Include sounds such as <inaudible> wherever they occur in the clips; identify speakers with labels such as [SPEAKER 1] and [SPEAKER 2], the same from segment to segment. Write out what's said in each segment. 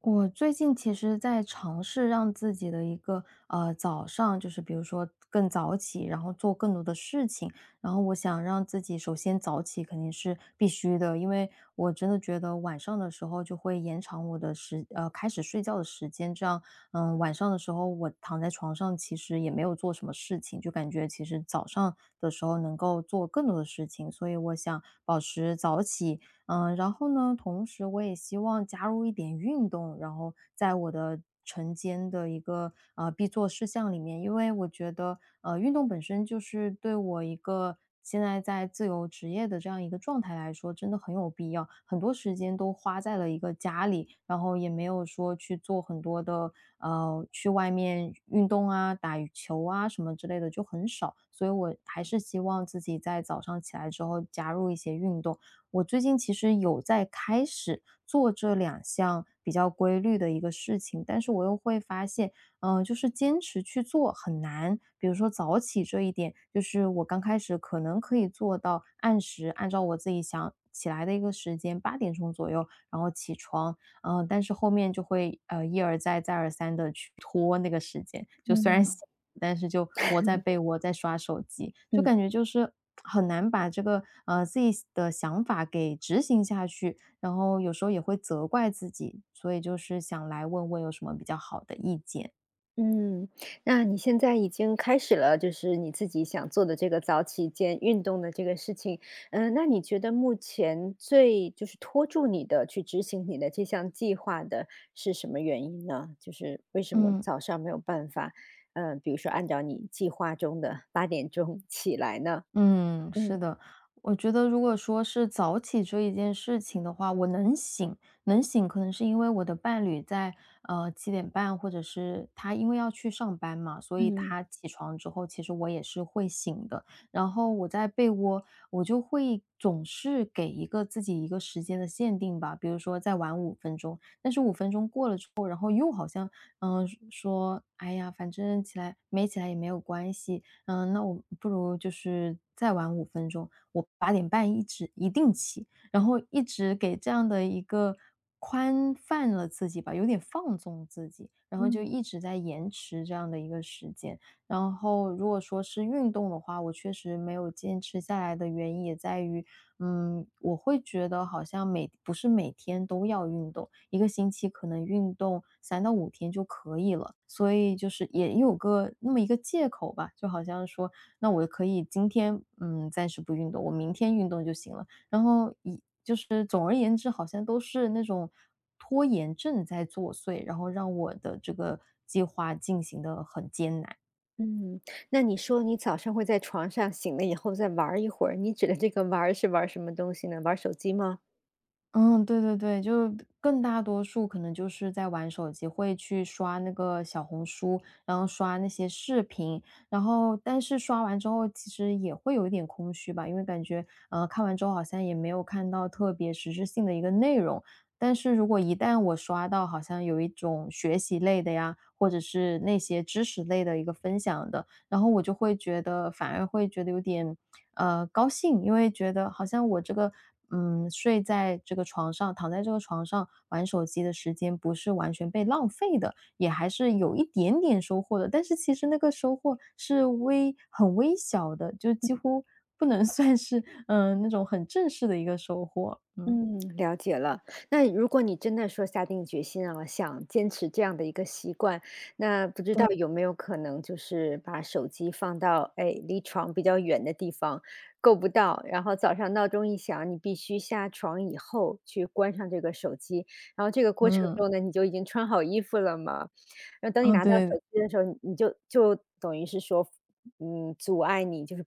[SPEAKER 1] 我最近其实在尝试让自己的一个早上，就是比如说更早起，然后做更多的事情。然后我想让自己首先早起肯定是必须的，因为我真的觉得晚上的时候就会延长我的开始睡觉的时间，这样晚上的时候我躺在床上其实也没有做什么事情，就感觉其实早上的时候能够做更多的事情，所以我想保持早起。然后呢，同时我也希望加入一点运动，然后在我的晨间的一个必做事项里面，因为我觉得运动本身就是对我一个现在在自由职业的这样一个状态来说，真的很有必要。很多时间都花在了一个家里，然后也没有说去做很多的去外面运动啊、打羽球啊什么之类的就很少，所以我还是希望自己在早上起来之后加入一些运动。我最近其实有在开始做这两项比较规律的一个事情，但是我又会发现，就是坚持去做很难。比如说早起这一点，就是我刚开始可能可以做到按时，按照我自己想起来的一个时间，八点钟左右，然后起床。但是后面就会一而再再而三的去拖那个时间，就虽然 <laughs> 想，
[SPEAKER 2] 嗯
[SPEAKER 1] 但是就窝在被
[SPEAKER 2] <laughs>，
[SPEAKER 1] 窝在刷手机，就
[SPEAKER 2] 嗯
[SPEAKER 1] 感觉就是很难把这个自己的想法给执行下去，然后有时候也会责怪自己，所以就是想来问问有什么比较好的意见。
[SPEAKER 2] 嗯，那你现在已经开始了，就是你自己想做的这个早起健运动的这个事情，嗯，那你觉得目前最就是拖住你的去执行你的这项计划的是什么原因呢？就是为什么
[SPEAKER 1] 嗯。
[SPEAKER 2] 早上没有办法，比如说按照你计划中的八点钟起来呢？
[SPEAKER 1] 嗯，是
[SPEAKER 2] 嗯
[SPEAKER 1] 的，我觉得如果说是早起这一件事情的话，我能醒，能醒可能是因为我的伴侣在七点半，或者是他因为要去上班嘛，所以
[SPEAKER 2] 嗯
[SPEAKER 1] 他起床之后，其实我也是会醒的。然后我在被窝，我就会总是给一个自己一个时间的限定吧，比如说再晚五分钟，但是五分钟过了。嗯，说："哎呀，反正起来没起来也没有关系，嗯，那我不如就是再晚五分钟，我八点半一定起。"然后一直给这样的一个宽泛了自己吧，有点放纵自己，然后就
[SPEAKER 2] 嗯。
[SPEAKER 1] 一直在延迟这样的一个时间。然后如果说是运动的话，我确实没有坚持下来的原因也在于我会觉得好像每不是每天都要运动，一个星期可能运动三到五天就可以了。所以就是也有个那么一个借口吧，就好像说，那我可以今天暂时不运动，我明天运动就行了。然后就是总而言之，好像都是那种拖延症在作祟，然后让我的这个计划进行的很艰难。
[SPEAKER 2] 嗯，那你说你早上会在床上醒了以后再玩儿一会儿，你指的这个玩儿是玩儿什么东西呢？玩儿手机吗？
[SPEAKER 1] 嗯，对对对，就更大多数可能就是在玩手机，会去刷那个小红书，然后刷那些视频，然后但是刷完之后其实也会有一点空虚吧，因为感觉看完之后好像也没有看到特别实质性的一个内容。但是如果一旦我刷到好像有一种学习类的呀，或者是那些知识类的一个分享的，然后我就会觉得反而会觉得有点，高兴，因为觉得好像我这个，睡在这个床上，躺在这个床上玩手机的时间不是完全被浪费的，也还是有一点点收获的。但是其实那个收获是很微小的，就几乎不能 <laughs> 算是，那种很正式的一个收获。嗯
[SPEAKER 2] 嗯，了解了。那如果你真的说下定决心啊，想坚持这样的一个习惯，那不知道有没有可能就是把手机放到哎离床比较远的地方，够不到，然后早上闹钟一响，你必须下床以后去关上这个手机，然后这个过程
[SPEAKER 1] 嗯
[SPEAKER 2] 中呢，你就已经穿好衣服了嘛，然后等你
[SPEAKER 1] 嗯，
[SPEAKER 2] 拿到
[SPEAKER 1] 对，
[SPEAKER 2] 手机的时候，你就等于是说阻碍你，就是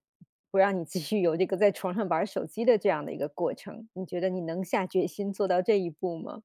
[SPEAKER 2] 不让你继续有这个在床上玩儿手机的这样的一个过程，你觉得你能下决心做到这一步吗？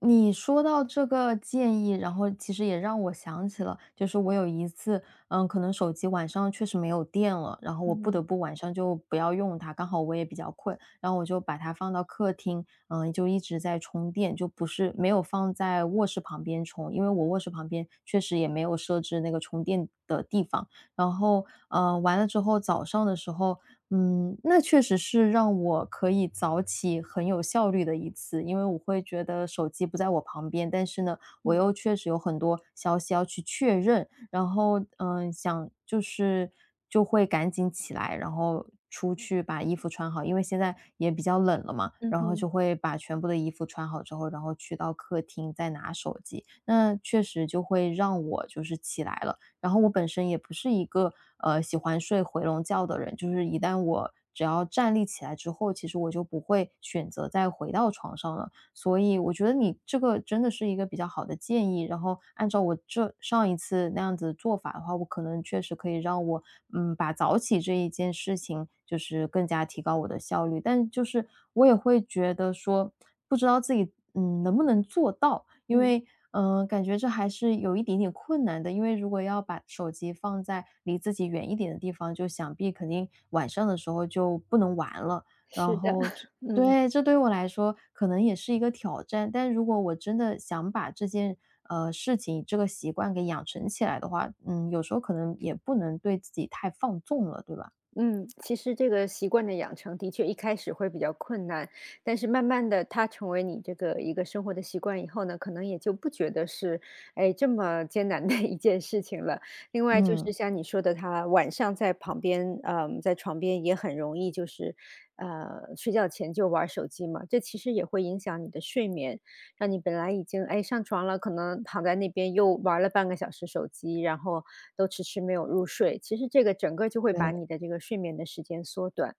[SPEAKER 1] 你说到这个建议，然后其实也让我想起了，就是我有一次，嗯，可能手机晚上确实没有电了，然后我不得
[SPEAKER 2] 嗯，
[SPEAKER 1] 不晚上就不要用它，刚好我也比较困，然后我就把它放到客厅，嗯，就一直在充电，就不是没有放在卧室旁边充，因为我卧室旁边确实也没有设置那个充电的地方。然后，完了之后早上的时候，嗯，那确实是让我可以早起很有效率的一次，因为我会觉得手机不在我旁边，但是呢，我
[SPEAKER 2] 嗯，
[SPEAKER 1] 又确实有很多消息要去确认，然后想就是就会赶紧起来，然后出去把衣服穿好，因为现在也比较冷了嘛，
[SPEAKER 2] 嗯
[SPEAKER 1] 然后就
[SPEAKER 2] 哼，
[SPEAKER 1] 会把全部的衣服穿好之后，然后去到客厅再拿手机，那确实就会让我就是起来了。然后我本身也不是一个喜欢睡回笼觉的人，就是一旦我只要站立起来之后，其实我就不会选择再回到床上了。所以我觉得你这个真的是一个比较好的建议。然后按照我这上一次那样子做法的话，我可能确实可以让我把早起这一件事情就是更加提高我的效率，但就是我也会觉得说不知道自己能不能做到。因
[SPEAKER 2] 嗯，
[SPEAKER 1] 为，感觉这还是有一点点困难的。因为如果要把手机放在离自己远一点的地方，就想必肯定晚上的时候就不能玩了。然
[SPEAKER 2] 是的，
[SPEAKER 1] 后
[SPEAKER 2] <laughs> 嗯。
[SPEAKER 1] 这对我来说可能也是一个挑战。但如果我真的想把这件事情、这个习惯给养成起来的话，嗯，有时候可能也不能对自己太放纵了，对吧？
[SPEAKER 2] 嗯，其实这个习惯的养成的确一开始会比较困难，但是慢慢的，它成为你这个一个生活的习惯以后呢，可能也就不觉得是哎这么艰难的 <laughs> 一件事情了。另外就是
[SPEAKER 1] 嗯，
[SPEAKER 2] 像你说的，他晚上在旁边，嗯，在床边也很容易就是，睡觉前就玩手机嘛，这其实也会影响你的睡眠。让你本来已经哎上床了，可能躺在那边又玩了半个小时手机，然后都迟迟没有入睡。其实这个整个就会把
[SPEAKER 1] 对，
[SPEAKER 2] 你的这个睡眠的时间缩短。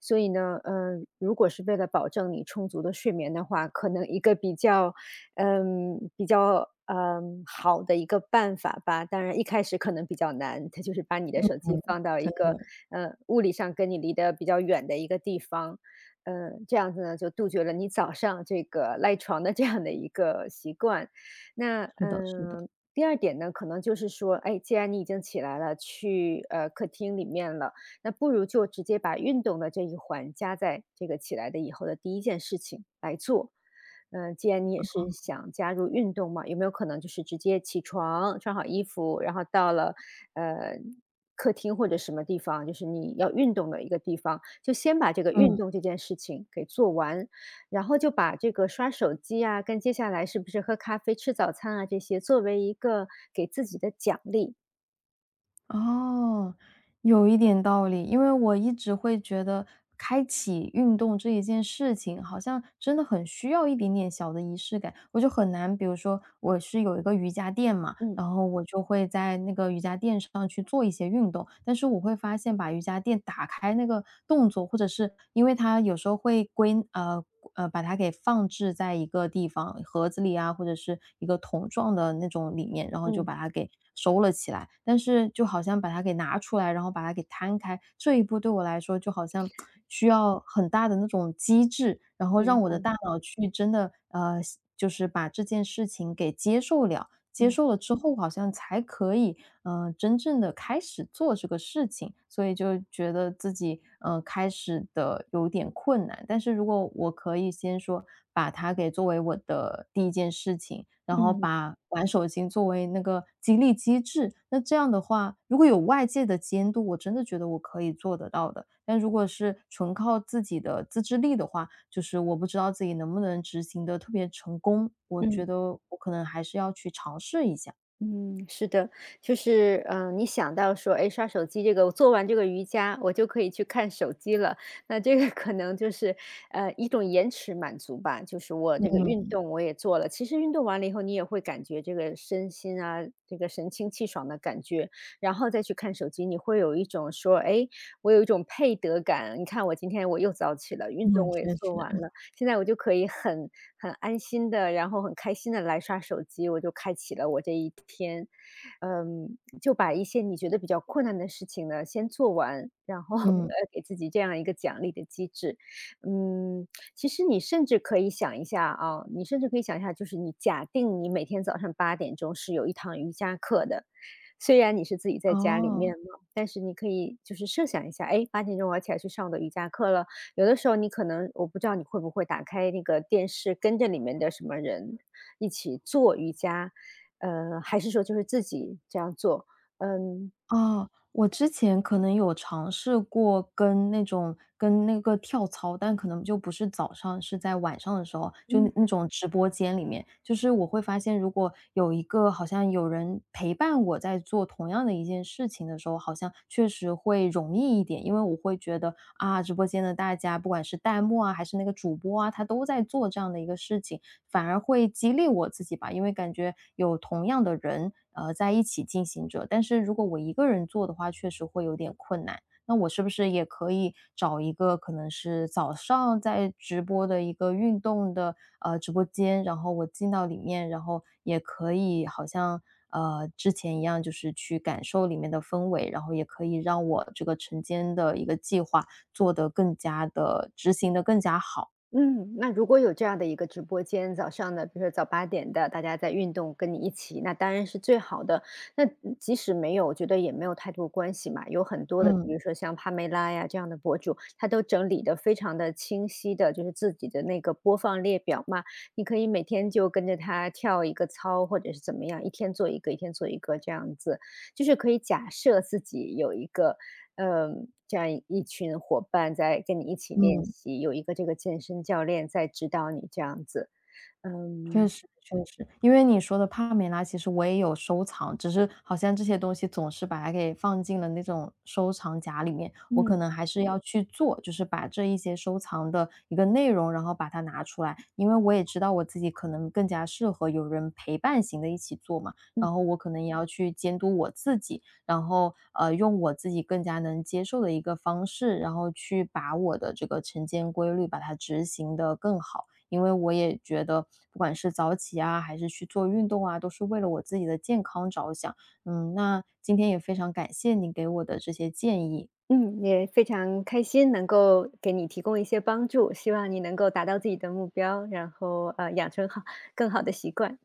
[SPEAKER 2] 所以呢，嗯，如果是为了保证你充足的睡眠的话，可能一个比较，比较好的一个办法吧。当然一开始可能比较难，它就是把你的手机
[SPEAKER 1] 嗯，
[SPEAKER 2] 放到一
[SPEAKER 1] 对，
[SPEAKER 2] 个物理上跟你离得比较远的一个地方，嗯，这样子呢，就杜绝了你早上这个赖床的这样的一个习惯。那
[SPEAKER 1] 是的，是的，
[SPEAKER 2] 第二点呢，可能就是说，哎，既然你已经起来了，去客厅里面了，那不如就直接把运动的这一环加在这个起来的以后的第一件事情来做。嗯，既然你也是想加入运动嘛，有没有可能就是直接起床，穿好衣服，然后到了呃客厅或者什么地方，就是你要运动的一个地方，就先把这个运
[SPEAKER 1] 嗯。
[SPEAKER 2] 动这件事情给做完，然后就把这个刷手机啊，跟接下来是不是喝咖啡、吃早餐啊这些，作为一个给自己的奖励。
[SPEAKER 1] 哦，有一点道理。因为我一直会觉得开启运动这一件事情，好像真的很需要一点点小的仪式感。我就很难，比如说我是有一个瑜伽垫嘛，
[SPEAKER 2] 嗯
[SPEAKER 1] 然后我就会在那个瑜伽垫上去做一些运动。但是我会发现把瑜伽垫打开那个动作，或者是因为它有时候会。把它给放置在一个地方，盒子里啊，或者是一个桶状的那种里面，然后就
[SPEAKER 2] 嗯，
[SPEAKER 1] 把它给收了起来。但是就好像把它给拿出来，然后把它给摊开，这一步对我来说就好像需要很大的那种机制，然后
[SPEAKER 2] 明
[SPEAKER 1] 让我的
[SPEAKER 2] 白，
[SPEAKER 1] 大脑去真的就是把这件事情给接受了。接
[SPEAKER 2] 嗯
[SPEAKER 1] 受了之后，好像才可以，真正的开始做这个事情，所以就觉得自己，开始的有点困难。但是如果我可以先说把它给作为我的第一件事情，然后
[SPEAKER 2] 嗯
[SPEAKER 1] 把玩手机作为那个激励机制。那这样的话，如果有外界的监督，我真的觉得我可以做得到的。但如果是纯靠自己的自制力的话，就是我不知道自己能不能执行的特别成功，我觉
[SPEAKER 2] 嗯。
[SPEAKER 1] 得我可能还是要去尝试一下。
[SPEAKER 2] 嗯，是的，就是，你想到说，哎，刷手机这个，我做完这个瑜伽，我就可以去看手机了。那这个 <laughs> 可能就是，一种延迟满足吧。就是我这个运
[SPEAKER 1] 嗯
[SPEAKER 2] 动我也做了，其实运动完了以后，你也会感觉这个身心啊，这个神清气爽的感觉，然后再去看手机，你会有一种说，哎，我有一种配得感。你看，我今天我又早起了，运
[SPEAKER 1] 嗯，
[SPEAKER 2] 动我也
[SPEAKER 1] 确
[SPEAKER 2] 做
[SPEAKER 1] 实。
[SPEAKER 2] 完了。现在我就可以很安心的，然后很开心的来刷手机，我就开启了我这一天。嗯，就把一些你觉得比较困难的事情呢，先做完，然后 <laughs>，
[SPEAKER 1] 嗯，
[SPEAKER 2] 给自己这样一个奖励的机制。嗯，其实你甚至可以想一下啊，你甚至可以想一下，就是你假定你每天早上八点钟是有一堂瑜伽课的，虽然你是自己在家里面
[SPEAKER 1] 哦。
[SPEAKER 2] 嘛，但是你可以就是设想一下，哎，八点钟我要起来去上我的瑜伽课了。有的时候你可能我不知道你会不会打开那个电视，跟着里面的什么人一起做瑜伽，还是说就是自己这样做，嗯。
[SPEAKER 1] 啊，我之前可能有尝试过跟那个跳操，但可能就不是早上，是在晚上的时候，就那种直播间里面，就是我会发现，如果有一个好像有人陪伴我在做同样的一件事情的时候，好像确实会容易一点，因为我会觉得啊，直播间的大家，不管是弹幕啊，还是那个主播啊，他都在做这样的一个事情，反而会激励我自己吧，因为感觉有同样的人，在一起进行着。但是如果我一个人做的话，确实会有点困难。那我是不是也可以找一个可能是早上在直播的一个运动的直播间，然后我进到里面，然后也可以好像之前一样，就是去感受里面的氛围，然后也可以让我这个晨间的一个计划做得更加的执行的更加好。
[SPEAKER 2] 嗯，那如果有这样的一个直播间，早上的，比如说早8点的，大家在运动，跟你一起，那当然是最好的。那即使没有，我觉得也没有太多关系嘛，有很多的，比
[SPEAKER 1] 嗯
[SPEAKER 2] 如说像帕梅拉呀这样的博主，他都整理的非常的清晰的，就是自己的那个播放列表嘛，你可以每天就跟着他跳一个操，或者是怎么样，一天做一个，一天做一个这样子。就是可以假设自己有一个，嗯，这样一群伙伴在跟你一起练
[SPEAKER 1] 嗯。
[SPEAKER 2] 习，有一个这个健身教练在指导你这样子。
[SPEAKER 1] 确
[SPEAKER 2] 嗯，
[SPEAKER 1] 实确实，因为你说的帕梅拉，其实我也有收藏，只是好像这些东西总是把它给放进了那种收藏夹里面。我
[SPEAKER 2] 嗯
[SPEAKER 1] 可能还是要去做，就是把这一些收藏的一个内容，然后把它拿出来，因为我也知道我自己可能更加适合有人陪伴型的一起做嘛，
[SPEAKER 2] 嗯
[SPEAKER 1] 然后我可能也要去监督我自己，然后用我自己更加能接受的一个方式，然后去把我的这个晨间规律把它执行的更好。因为我也觉得不管是早起啊，还是去做运动啊，都是为了我自己的健康着想。嗯，那今天也非常感谢你给我的这些建议。
[SPEAKER 2] 嗯，也非常开心能够给你提供一些帮助，希望你能够达到自己的目标，然后，养成好更好的习惯。